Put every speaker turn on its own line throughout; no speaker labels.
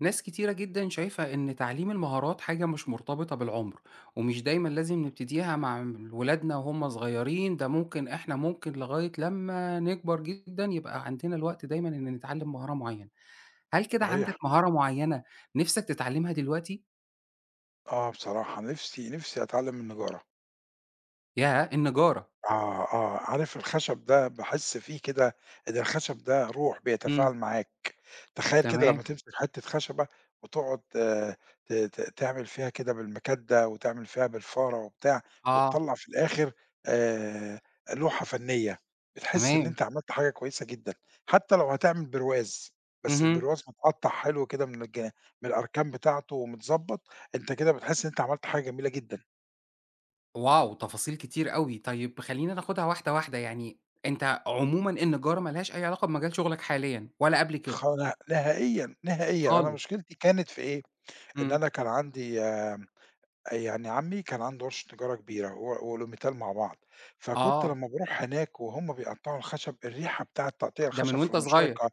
ناس كتيرة جدًا شايفة إن تعليم المهارات حاجة مش مرتبطة بالعمر، ومش دايمًا لازم نبتديها مع ولادنا وهُم صغيرين، ده ممكن إحنا ممكن لغاية لمّا نكبر جدًا يبقى عندنا الوقت دايمًا إن نتعلم مهارة معينة. هل كده عندك
صحيح.
مهارة معينة نِفْسك تتعلمها دلوقتي؟
بصراحة نِفْسي أتعلّم النجارة.
ياه! النجارة.
آه، آه، عارف الخشب ده باحس فيه كده إن الخشب ده روح
إمم،
بيتفاعل معاك، تخيّل كده
تمام،
لمّا تمسك حتّة خشبة وتقعد ت ت تعمل فيها كده بالمكَدة وتعمل فيها بالفارة وبتاع،
آه،
وتطلّع في الآخر آآ لوحة فنية، بتحس إن
تمام،
أنت عملت حاجة كويسة جدًا، حتى لو هتعمل برواز، بس
اهم.
البرواز متقطّع حلو كده من الأركان بتاعته ومتضبّط، أنت كده بتحس إن أنت عملت حاجة جميلة جدًا.
واو! تفاصيل كتير أوي. طيب خلّينا ناخدها واحدة، واحدة. يعني أنت عمومًا النجارة ما لهاش أي علاقة بمجال شغلك حاليًا ولا قبل كده
خلا نهائيًا، نهائيًا. أنا
خالص؟
مشكلتي كانت في إيه، إن
إمم.
أنا كان عندي يعني عمي كان عنده ورشة نجارة كبيرة هو والأوميتال مع بعض، فكنت
آه،
لمّا باروح هناك وهُم بيقطّعوا الخشب، الريحة بتاعة تقطيع
ده من
الخشب في
وأنت
المنشار
صغير،
الكه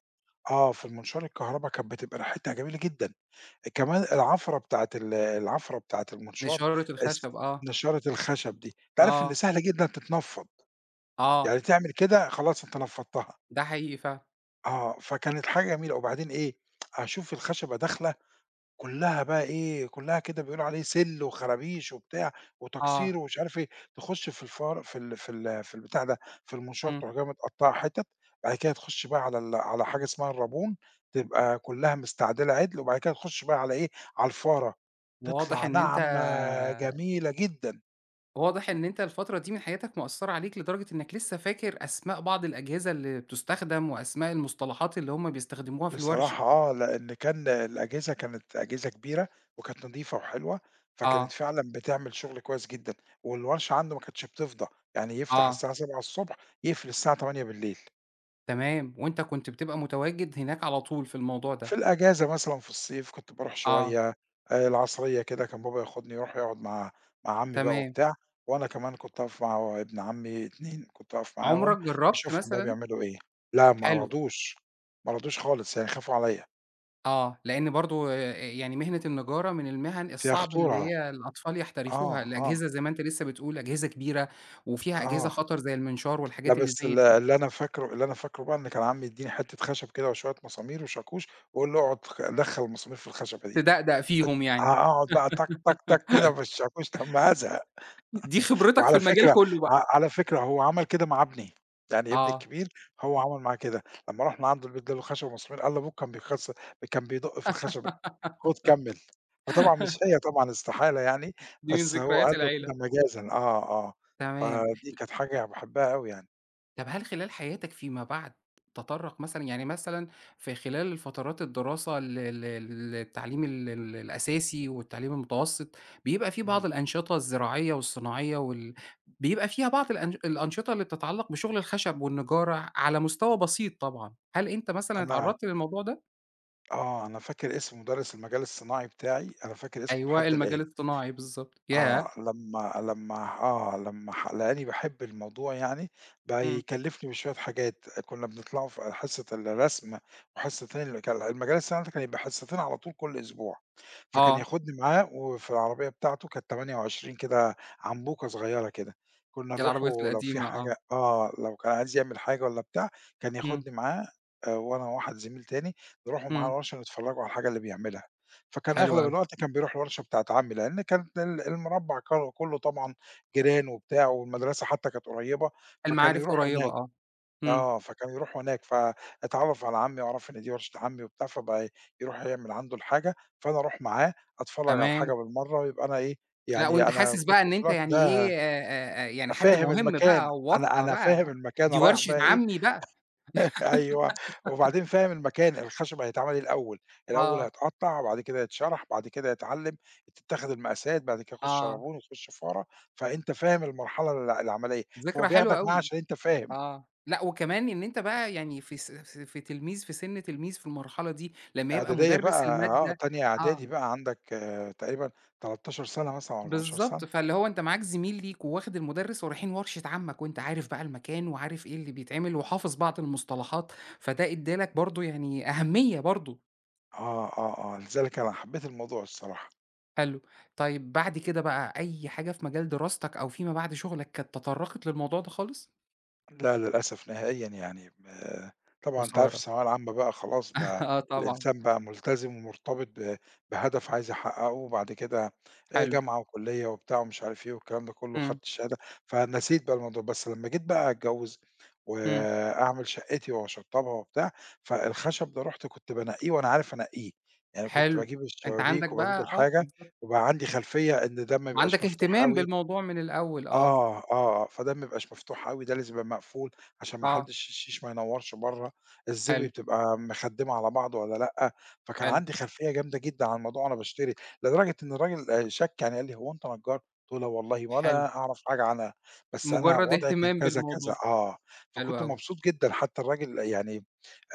في المنشار الكهربا كانت بتبقى ريحتها جميلة جدًا، كمان العفرة بتاعة المنشار
نشارة
الس
الخشب آه،
نشارة الخشب دي، أنت عارف إن
آه،
سهل جدًا تتنفّض،
آه،
يعني تعمل كده خلاص أنت نفّضتها.
ده حقيقي فعلًا،
فكانت حاجة جميلة، وبعدين إيه، أشوف الخشبة داخلة كلّها بقى إيه، كلّها كده بيقولوا عليه سِلّ وخرابيش وبتاع
آه،
وتكسير ومش عارف إيه، تخُش في الفار في ال في ال في البتاع ده، في المنشار
إمم،
تروح جاية متقطّعة حِتت، بعد كده تخُش بقى على حاجة اسمها الرابون، تبقى كلّها مستعدلة عِدل، وبعد كده تخُش بقى على إيه، على الفارة،
واضح
تطلع
إن أنت
ناعمة جميلة جدًا.
واضح إن أنت الفترة دي من حياتك مأثّرة عليك لدرجة إنك لسه فاكر أسماء بعض الأجهزة اللي بتُستخدم وأسماء المصطلحات اللي هم بيستخدموها في الورشة،
بصراحة آه، لإن كان الأجهزة كانت أجهزة كبيرة، وكانت نضيفة وحلوة، فكانت
آه،
فعلًا بتعمل شغل كويس جدًا، والورشة عنده ما كانتش بتفضى، يعني يفتح
آه،
الساعة 07:00 ص يقفل الساعة 20:00.
تمام، وأنت كنت بتبقى متواجد هناك على طول في الموضوع ده،
في الأجازة مثلًا في الصيف كنت باروح
آه،
شوية، العصرية كده كان بابا ياخدني يروح يقعد مع عمي بقى
تمام،
وبتاع، وأنا كمان كنت أقف مع ابن عمي 2 كنت أقف معاهم
عُمرك جرّبت
أشوفهم بقى
مثلًا
بيعملوا إيه، لأ ما
حلو،
رضوش، ما رضوش خالص يعني خافوا عليَّ،
آه، لإن برضه يعني مهنة النجارة من المهن
فيها
الصعب اللي
خطورة،
هي الأطفال يحترفوها،
آه، آه،
الأجهزة زي ما أنت لسه بتقول أجهزة كبيرة، وفيها أجهزة
آه.
خطر زي المنشار
لأ
والحاجات اللي
بس
زي
ال
دي،
اللي أنا فاكره بقى إن كان عمي يدّيني حتّة خشب كده وشوية مسامير وشاكوش ويقول لي اقعد دخّل المسامير في الخشبة دي،
تدقدق فيهم يعني،
هاقعد بقى تك، تك، تك كده في الشاكوش لمّا أزهق،
دي خبرتك في
وعلى
المجال
فكرة
كله بقى.
على فكرة هو عمل كده مع ابني، يعني ابني الكبير هو عمل معاه كده، لمّا رُحنا عنده البيت ادّاله خشب ومسامير قال لأبوك كان بيدق في الخشبة، خُد كمّل، فطبعًا
آه،
مش هي طبعًا استحالة يعني،
دي من
بس هو
ذكريات
قال له
العيلة.
كده مجازًا آه، آه،
تمام.
فدي كانت حاجة باحبها أوي يعني،
طب هل خلال حياتك فيما بعد تطرّق مثلًا يعني مثلًا في خلال فترات الدراسة ال ال التعليم ال ال الأساسي والتعليم المتوسط، بيبقى في بعض
إمم،
الأنشطة الزراعية والصناعية بيبقى فيها بعض الأنشطة اللي بتتعلّق بشغل الخشب والنجارة على مستوى بسيط طبعًا، هل أنت مثلًا
أنا
اتعرّضت للموضوع ده؟
آه، أنا فاكر اسم مُدرّس المجال الصناعي بتاعي، أنا فاكر اسمه
أيوه،
لحد
المجال
الآن.
الصناعي بالضبط، ياه!
آه، لمّا آه، لمّا لقاني باحب الموضوع يعني، بقى
إمم،
يكلّفني بشوية حاجات، كُنّا بنطلعوا في حصة الرسم وحصتين اللي كان المجال السنة كان يبقى حصتين على طول كل أسبوع، فكان
آه،
ياخدني معاه وفي العربية بتاعته كانت 28 كده عنبوكة صغيّرة كده، كُنّا
دي
نروح
العربيات
ولو في
القديمة آه،
حاجة آه، لو كان عايز يعمل حاجة والّا بتاع كان
إمم،
ياخدني معاه، وأنا وواحد زميل تاني، نروحوا معاه
إمم،
الورشة نتفرّجوا على الحاجة اللي بيعملها. فكان
حلو
أغلب
أوي،
الوقت كان بيروح الورشة بتاعة عمي، لإن كانت ال المربّع كلّه طبعًا جيران وبتاع، والمدرسة حتى كانت قريّبة، فكانوا
المعارف
يروحوا
قريّبة
هناك
آه، إمم،
آه، فكانوا يروحوا هناك، فاتعرّف على عمي وعرف إن دي ورشة عمي وبتاع، فبقى يروح يعمل عنده الحاجة، فأنا أروح معاه أتفرّج على الحاجة
تمام.
بالمرّة، يبقى أنا إيه،
لأ،
يعني
وأنت
أنا
حاسس
كنت
بقى إن
في
أنت
الوقت
يعني إيه
ده
يعني حد
فاهم
مهم
المكان،
بقى
أنا
واسطة
أنا
بقى،
فاهم المكان،
دي
أنا رايح
ورشة
بقى إيه،
عمي بقى،
أيوه، وبعدين فاهم المكان، الخشب هيتعمل إيه الأول، الأول
آه،
هيتقطّع وبعد كده يتشرَح، بعد كده يتعلّم، تتاخد المقاسات، بعد كده يخُش
آه،
شرابيل ويخُش فارة، فأنت فاهم المرحلة العملية، فهو
ذكرى حلوة
بياخدك معاه
أوي،
عشان أنت فاهم.
آه، لأ وكمان إن أنت بقى يعني في س س في تلميذ في سن تلميذ في المرحلة دي، لمّا يبقى
إعدادية
مدرس
بقى آه،
المادة
تانية
آه،
إعدادي بقى عندك آه تقريبًا 13 سَنة مثلًا أو 14
بالضبط،
سَنة.
فاللي هو أنت معاك زميل ليك وواخد المدرس ورايحين ورشة عمك، وأنت عارف بقى المكان وعارف إيه اللي بيتعمل وحافظ بعض المصطلحات، فده ادّى لك برضه يعني أهمية برضه.
آه، آه، آه، لذلك أنا حبّيت الموضوع الصراحة.
حلو. طيب بعد كده بقى أي حاجة في مجال دراستك أو فيما بعد شغلك كانت تطرّقت للموضوع ده خالص؟
لأ، للأسف نهائيًا يعني طبعًا أنت عارف
خسارة.
الثانوية العامة بقى خلاص بقى
آه طبعًا.
الإنسان بقى ملتزم ومرتبط بهدف عايز يحققه، وبعد كده
حلو.
جامعة وكلية وبتاع ومش عارف إيه والكلام ده كله،
إمم.
خدت الشهادة فنسيت بقى الموضوع، بس لمّا جيت بقى أتجوّز
إمم.
وأعمل شقتي وأشطّبها وبتاع، فالخشب ده رُحت كنت بانقيه وأنا عارف أنقيه، يعني كنت
حلو.
باجيب
أنت عندك
الشبابيك وباجيب
بقى آه
الحاجة
بالضبط.
وبقى عندي خلفية إن ده ما يبقاش
وعندك
مفتوح
اهتمام
أوي،
بالموضوع من الأول آه.
آه، آه، آه، فده ما بيبقاش مفتوح أوي، ده لازم يبقى مقفول عشان ما
آه.
حدش الشيش ما ينوّرش برّه، الزاوية
حلو،
بتبقى مخدّمة على بعض والّا لأ، فكان
حلو،
عندي خلفية جامدة جدًا عن الموضوع وأنا باشتري، لدرجة إن الراجل شَك يعني قال لي: "هو أنت نجّار؟" قُلت له: "لا والله
حلو.
ولا أعرف حاجة عنها، بس أنا
مجرّد
وضعي كان
اهتمام
كذا، كذا."
بالموضوع.
آه،
حلو
فكنت
أوي.
مبسوط جدًا حتى الراجل يعني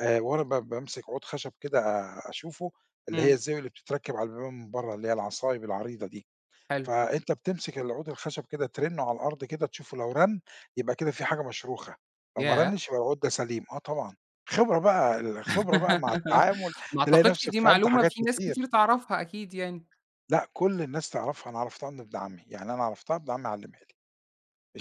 وأنا بامسك عود خشب كده آه، أشوفه، اللي هي
إمم.
الزاوية اللي بتتركب على البيبان من برّه، اللي هي العصايب العريضة دي.
حلو.
فأنت بتمسك العود الخشب كده ترنه على الأرض كده تشوفه لو رن يبقى كده في حاجة مشروخة، لو ما
ياه!
رنش يبقى العود ده سليم، آه طبعًا، خبرة بقى الخبرة بقى مع التعامل
ما
تلاقي
أعتقدش
نفسك
دي
فهمت
معلومة
حاجات
في ناس كتير
كتير،
تعرفها أكيد يعني.
لأ كل الناس تعرفها، أنا عرفتها من ابن عمي، يعني أنا عرفتها ابن عمي علمها لي،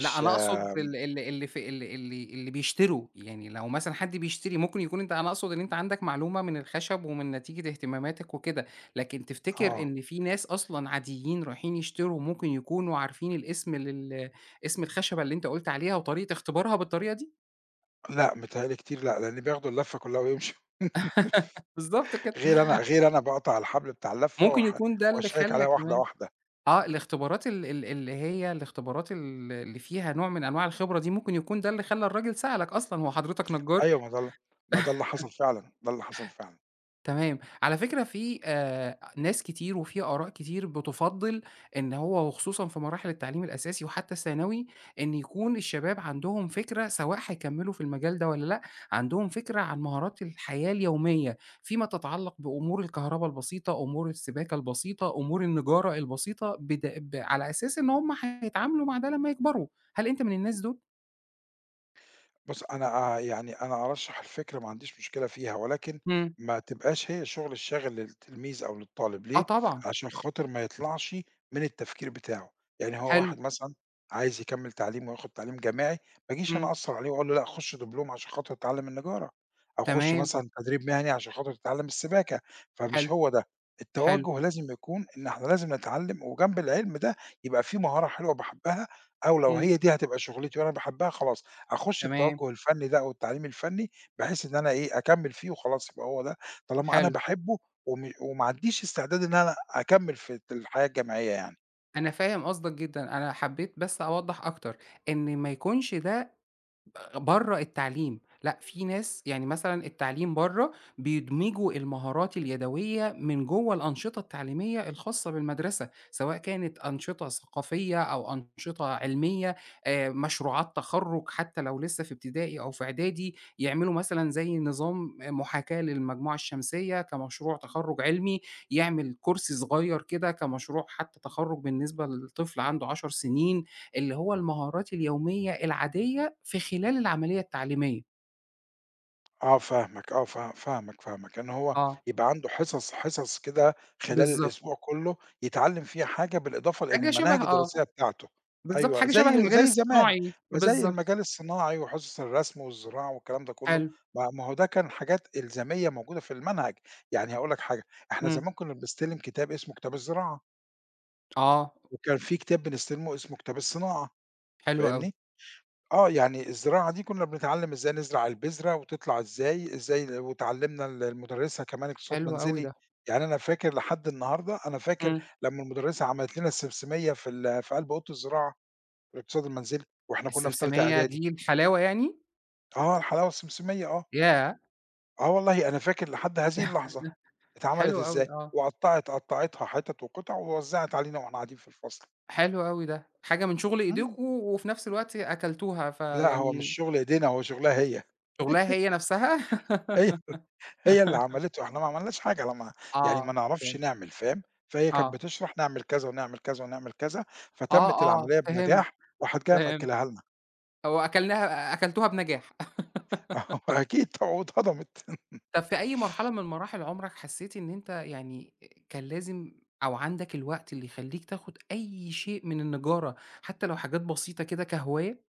لأ، أنا أقصد ال ال اللي في ال اللي بيشتروا، يعني لو مثلًا حد بيشتري ممكن يكون أنت أنا أقصد إن أنت عندك معلومة من الخشب ومن نتيجة اهتماماتك وكده، لكن تفتكر
آه،
إن في ناس أصلًا عاديين رايحين يشتروا ممكن يكونوا عارفين الاسم اسم الخشبة اللي أنت قُلت عليها وطريقة اختبارها بالطريقة دي؟
لأ متهيأ لي كتير لأ، لإن بياخدوا اللفة كلها ويمشوا،
بالضبط كده،
غير أنا باقطع الحبل بتاع اللفة
ممكن يكون ده اللي
وأشيّك
خلّى
عليها واحدة
كمان
واحدة،
آه، الاختبارات ال ال اللي هي الاختبارات اللي فيها نوع من أنواع الخبرة دي، ممكن يكون ده اللي خلّى الراجل سألك أصلًا، هو حضرتك نجّار؟
أيوه ما ده ما ده اللي حصل فعلًا، ده اللي حصل فعلًا.
تمام. على فكرة في ناس كتير وفي آراء كتير بتُفضّل إن هو وخصوصًا في مراحل التعليم الأساسي وحتى الثانوي، إن يكون الشباب عندهم فكرة سواء هيكمّلوا في المجال ده والّا لأ، عندهم فكرة عن مهارات الحياة اليومية، فيما تتعلّق بأمور الكهربا البسيطة، أمور السباكة البسيطة، أمور النجارة البسيطة، بد ب على أساس إن هم هيتعاملوا مع ده لمّا يكبروا. هل أنت من الناس دول؟
بُص، أنا يعني أنا أرشّح الفكرة ما عنديش مشكلة فيها، ولكن
إمم.
ما تبقاش هي شغل الشاغل للتلميذ أو للطالب،
آه
ليه؟
طبعًا.
عشان خاطر ما يطلعش من التفكير بتاعه، يعني هو
حلو.
واحد مثلًا عايز يكمّل تعليمه وياخد تعليم جامعي، ما اجيش أنا
إمم.
أأثّر عليه وأقول له لأ خُش دبلوم عشان خاطر تتعلّم النجارة، أو خُش
تمام.
مثلًا تدريب مهني عشان خاطر تتعلّم السباكة،
حلو،
فمش هو ده،
حلو.
التوجُّه لازم يكون إن إحنا لازم نتعلّم وجنب العلم ده يبقى في مهارة حلوة باحبّها، أو لو
إمم.
هي دي هتبقى شُغلتي وأنا باحبّها خلاص أخُش
تمام.
التوجُّه الفني ده أو التعليم الفني، بحيث إن أنا إيه، أكمّل فيه وخلاص يبقى هو ده، طالما أنا
حلو.
باحبه وما عنديش استعداد إن أنا أكمّل في الحياة الجامعية يعني.
أنا فاهم قصدك جدًا، أنا حبيت بس أوضّح أكتر، إن ما يكونش ده برّه التعليم، لأ في ناس يعني مثلًا التعليم برّه بيدمجوا المهارات اليدوية من جوّه الأنشطة التعليمية الخاصة بالمدرسة، سواء كانت أنشطة ثقافية أو أنشطة علمية، مشروعات تخرُّج حتى لو لسه في ابتدائي أو في إعدادي، يعملوا مثلًا زي نظام محاكاة للمجموعة الشمسية كمشروع تخرُّج علمي، يعمل كُرسي صغيّر كده كمشروع حتى تخرُّج بالنسبة لطفل عنده 10 سنين. اللي هو المهارات اليومية العادية في خلال العملية التعليمية.
آه فاهمك، آه فاهمك، إن هو
آه.
يبقى عنده حصص كده خلال
بالضبط.
الأسبوع كلّه يتعلّم فيها حاجة، بالإضافة لإن
حاجة شبه
المناهج
آه.
الدراسية بتاعته
بالضبط،
أيوه،
حاجة شبه
زي
المجال
زي زمان،
الصناعي.
ما زي
بالضبط.
المجال الصناعي وحصص الرسم والزراعة والكلام ده كلّه،
حلو.
ما هو ده كان حاجات إلزامية موجودة في المنهج، يعني هاقول لك حاجة، إحنا
إمم.
زمان كنّا بنستلم كتاب اسمه كتاب الزراعة،
آه.
وكان في كتاب بنستلمه اسمه كتاب الصناعة،
حلو أوي.
فاهمني؟ آه، يعني الزراعة دي كُنّا بنتعلّم إزاي نزرع البذرة وتطلع إزاي، إزاي واتعلّمنا المُدرّسة كمان اقتصاد
حلو أوي
منزلي،
ده.
يعني أنا فاكر لحد النهارده أنا فاكر
إمم.
لمّا المُدرّسة عملت لنا السمسمية في قلب أوضة الزراعة في الاقتصاد المنزلي وإحنا كُنّا في تالتة
السمسمية
إعدادي،
دي الحلاوة يعني؟
آه، الحلاوة السمسمية آه،
ياه!
آه والله أنا فاكر لحد هذه اللحظة اتعملت
حلو
إزاي،
أوي آه.
قطّعتها حِتَت وقطع ووزّعت علينا وإحنا قاعدين في الفصل.
حلو أوي ده. حاجة من شغل
إمم.
إيديكم وفي نفس الوقت أكلتوها،
لأ، هو مش
فيعني
شُغل إيدينا، هو شُغلها هي،
شغلها هي نفسها؟
هي هي اللي عملته، إحنا ما عملناش حاجة لما يعني ما
آه.
نعرفش
أوكي.
نعمل فاهم، فهي كانت
آه.
بتشرح نعمل كذا، ونعمل كذا، ونعمل كذا، فتمِّت
آه، آه.
العملية
فهمت.
بنجاح، وراحت جاية
فهمت.
مأكّلاها لنا،
هو أكلناها أكلتوها بنجاح.
أكيد طبعًا واتهضمت.
طب في أي مرحلة من مراحل عمرك حسيت إن أنت يعني كان لازم أو عندك الوقت اللي يخلّيك تاخد أي شيء من النجارة، حتى لو حاجات بسيطة كده كهواية،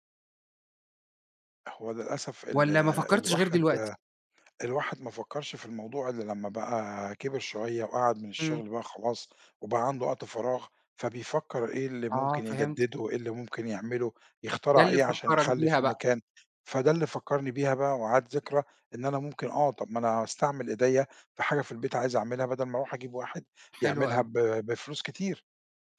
هو للأسف ال
والّا ما فكّرتش غير
الواحد
دلوقتي؟
الواحد ما فكّرش في الموضوع إلا لمّا بقى كِبِر شوية وقعد من
إمم،
الشغل بقى خلاص، وبقى عنده وقت فراغ، فبيفكّر إيه اللي
آه
ممكن
فهمت،
يجدّده، إيه اللي ممكن يعمله،
ده
يخترع
اللي
إيه عشان
فكّرك
يخلّي
بيها
في
بقى،
مكان، فده اللي فكّرني بيها بقى وعاد ذكرى إن أنا ممكن آه، طَب ما أنا أستعمل إيديّا في حاجة في البيت عايز أعملها بدل ما أروح أجيب واحد
حلو
يعملها
أوي،
بفلوس كتير.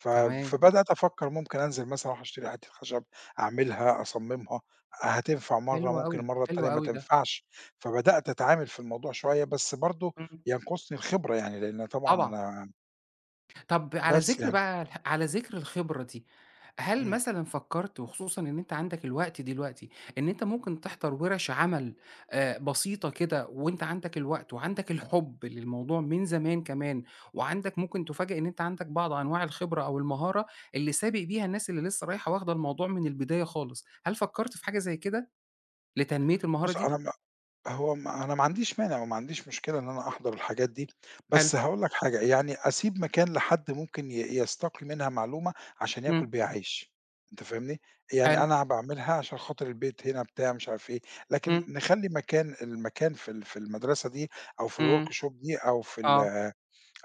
ف
تمام،
فبدأت أفكّر ممكن أنزل مثلًا أروح أشتري حتّة خشب، أعملها، أصمّمها، هتنفع
حلو
مرّة، ممكن
أوي،
المرّة
حلو
التانية ما
أوي ده،
تنفعش، فبدأت أتعامل في الموضوع شوية، بس برضه
إمم،
ينقصني الخبرة يعني، لإن طبعًا
طبعًا.
أنا
طب على
بس
ذكر
يعني
بقى على ذكر الخبرة دي، هل
إمم،
مثلًا فكّرت وخصوصًا إن أنت عندك الوقت دلوقتي، إن أنت ممكن تحضر ورش عمل بسيطة كده وأنت عندك الوقت وعندك الحُب للموضوع من زمان كمان، وعندك ممكن تُفاجأ إن أنت عندك بعض أنواع الخبرة أو المهارة اللي سابق بيها الناس اللي لسه رايحة واخدة الموضوع من البداية خالص، هل فكّرت في حاجة زي كده لتنمية المهارة
بُص
دي؟
أنا هو ما أنا ما عنديش مانع وما عنديش مشكلة إن أنا أحضر الحاجات دي،
حلو،
بس هاقول لك حاجة، يعني أسيب مكان لحد ممكن يستقي منها معلومة عشان ياكل
إمم،
بيها عيش، أنت فاهمني؟ يعني
حلو،
أنا باعملها عشان خاطر البيت هنا بتاع مش عارف إيه، لكن
إمم،
نخلّي المكان في في المدرسة دي أو في
إمم،
الworkshop دي أو في
آه،
ال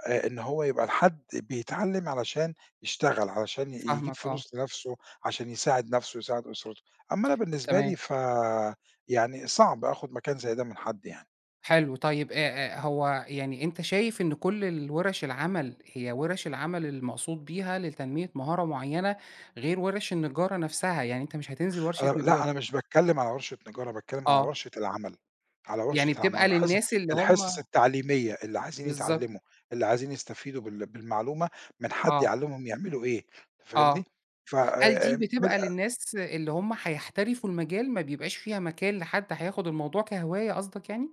إن هو يبقى الحد بيتعلّم علشان يشتغل، علشان يجيب
فاهمك آه،
فلوس لنَفْسه، عشان يساعد نَفْسه ويساعد أسرته، أمّا أنا بالنسبة
تمام.
لي يعني صعب آخُد مكان زي ده من حد يعني،
حلو طيب هو يعني أنت شايف إن كل ال وِرَش العمل هي وِرَش العمل المقصود بيها لتنمية مهارة معيّنة غير وِرَش النجارة نَفْسها، يعني أنت مش هتنزل ورشة
أنا لأ،
نجارة
أنا مش باتكلّم على ورشة نجارة، باتكلّم على
آه،
ورشة العمل، على ورشة
يعني بتبقى
العمل،
للناس اللي هم
الحصص التعليمية اللي عايزين
بالضبط
يتعلّموا، اللي عايزين يستفيدوا بالمعلومة من حد
آه،
يعلّمهم يعملوا إيه، أنت
آه،
فاهمني؟ ف
هل دي
من
بتبقى للناس اللي هم هيحترفوا المجال ما بيبقاش فيها مكان لحد هياخد الموضوع كهواية قصدك يعني؟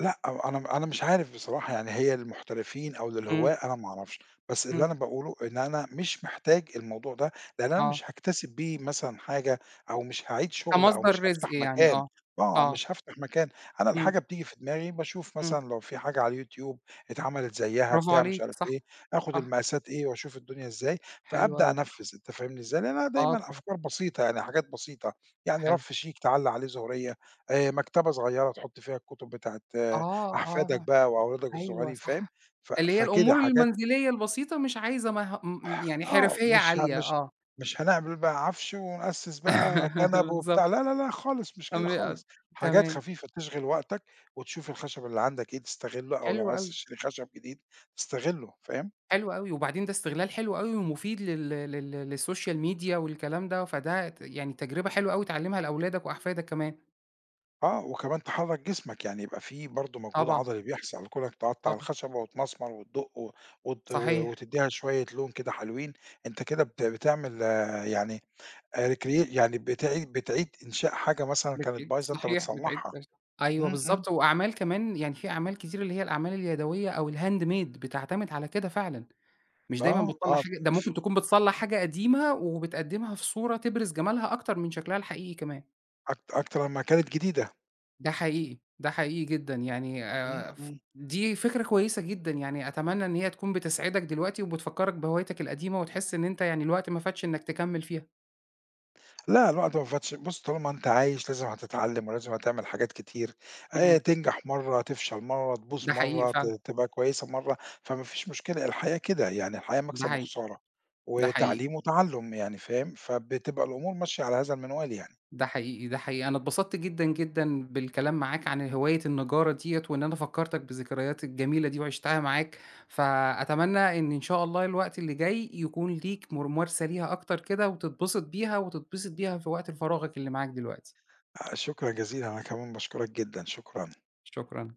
لأ، أو أنا مش عارف بصراحة يعني هي للمحترفين أو للهواة
إمم،
أنا ما أعرفش، بس اللي
إمم،
أنا باقوله إن أنا مش محتاج الموضوع ده، لأن أنا
آه،
مش هاكتسب بيه مثلًا حاجة أو مش هاعيد شغل أو
كمصدر
مش
رزق
هافتح
يعني
مكان،
آه،
آه،
آه،
مش هافتح مكان، أنا
إمم،
الحاجة بتيجي في دماغي باشوف
إمم،
مثلًا لو في حاجة على اليوتيوب اتعملت زيّها
برافو
بتاع مش
عليك
عارف
صح،
إيه، آخد
صح،
المقاسات إيه وأشوف الدنيا إزاي،
حلو
فأبدأ
أوي،
أنفّذ أنت فاهمني إزاي؟ لأن أنا
آه
دايمًا
طبعًا.
أفكار بسيطة يعني حاجات بسيطة، يعني
حلو.
رف شيك تعلّق عليه زهرية، مكتبة صغيّرة تحُط فيها الكتب بتاعة
آه،
أحفادك
آه،
بقى وأولادك
أيوه
الصغيّرين فاهم،
صح. اللي هي
فكده
الأمور
حاجات
المنزلية البسيطة مش عايزة مه م يعني
آه،
حرفية
مش ه
عالية،
مش
آه.
مش هنعمل بقى عَفش ونأسّس بقى كَنَب وبتاع،
بالضبط.
لا، لا، لا خالص مش
أم
كده خالص، حاجات
تمام.
خفيفة تشغِل وقتك وتشوف الخشب اللي عندك إيه تستغِلّه أو
حلو
لو عايز
أوي،
تشتري خشب جديد تستغِلّه، فاهم؟
حلو أوي. وبعدين ده استغلال حلو أوي ومفيد لل لل للسوشيال ميديا والكلام ده، فده يعني تجربة حلوة أوي تعلّمها لأولادك وأحفادك كمان.
آه، وكمان تحرّك جسمك، يعني يبقى في برضه مجهود
طبعًا،
عضلي بيحصل، كونك تقطّع
طبعًا.
الخشبة وتمسمر وتدُق
صحيح.
وتدّيها شوية لون كده حلوين، أنت كده بتعمل آه، يعني recrea يعني بتعيد إنشاء حاجة مثلًا كانت
بتعيد
بايظة أنت
صحيح، بتعيد
بتصلّحها.
تش أيوه
إمم، إمم.
بالضبط. وأعمال كمان يعني في أعمال كتير اللي هي الأعمال اليدوية أو الhandmade بتعتمد على كده فعلًا. مش دايمًا
آه،
بتطلّع
آه،
حاجة ده ممكن تكون بتصلّح حاجة قديمة، وبتقدّمها في صورة تبرز جمالها أكتر من شكلها الحقيقي كمان.
أكتر لمّا كانت جديدة.
ده حقيقي، ده حقيقي جدًا يعني
إمم،
ف
إمم.
دي فكرة كويسة جدًا، يعني أتمنى إن هي تكون بتسعدك دلوقتي، وبتفكّرك بهوايتك القديمة، وتحس إن أنت يعني الوقت ما فاتش إنك تكمّل فيها.
لأ، الوقت ما فاتش، بُص طالما أنت عايش لازم هتتعلّم ولازم هتعمل حاجات كتير،
إمم،
تنجح مرّة، تفشل مرّة، تبوظ
ده حقيقي
مرّة،
فعلًا،
تبقى كويسة مرّة، فما فيش مشكلة، الحياة كده، يعني الحياة
ده
مكسب
حقيقي،
وخسارة،
ده حقيقي.
وتعليم وتعلُّم يعني فاهم؟ فبتبقى الأمور ماشية على هذا المنوال يعني.
ده حقيقي، ده حقيقي. أنا اتبسطت جدًا، جدًا بالكلام معاك عن هواية النجارة ديّة، وإن أنا فكّرتك بالذكريات الجميلة دي وعِشتها معاك، فأتمنى إن إن شاء الله الوقت اللي جاي يكون ليك ممارسة ليها أكتر كده وتتبسط بيها، وتتبسط بيها في وقت فراغك اللي معاك دلوقتي.
شكرًا جزيلًا، أنا كمان باشكرك جدًا، شكرًا.
شكرًا.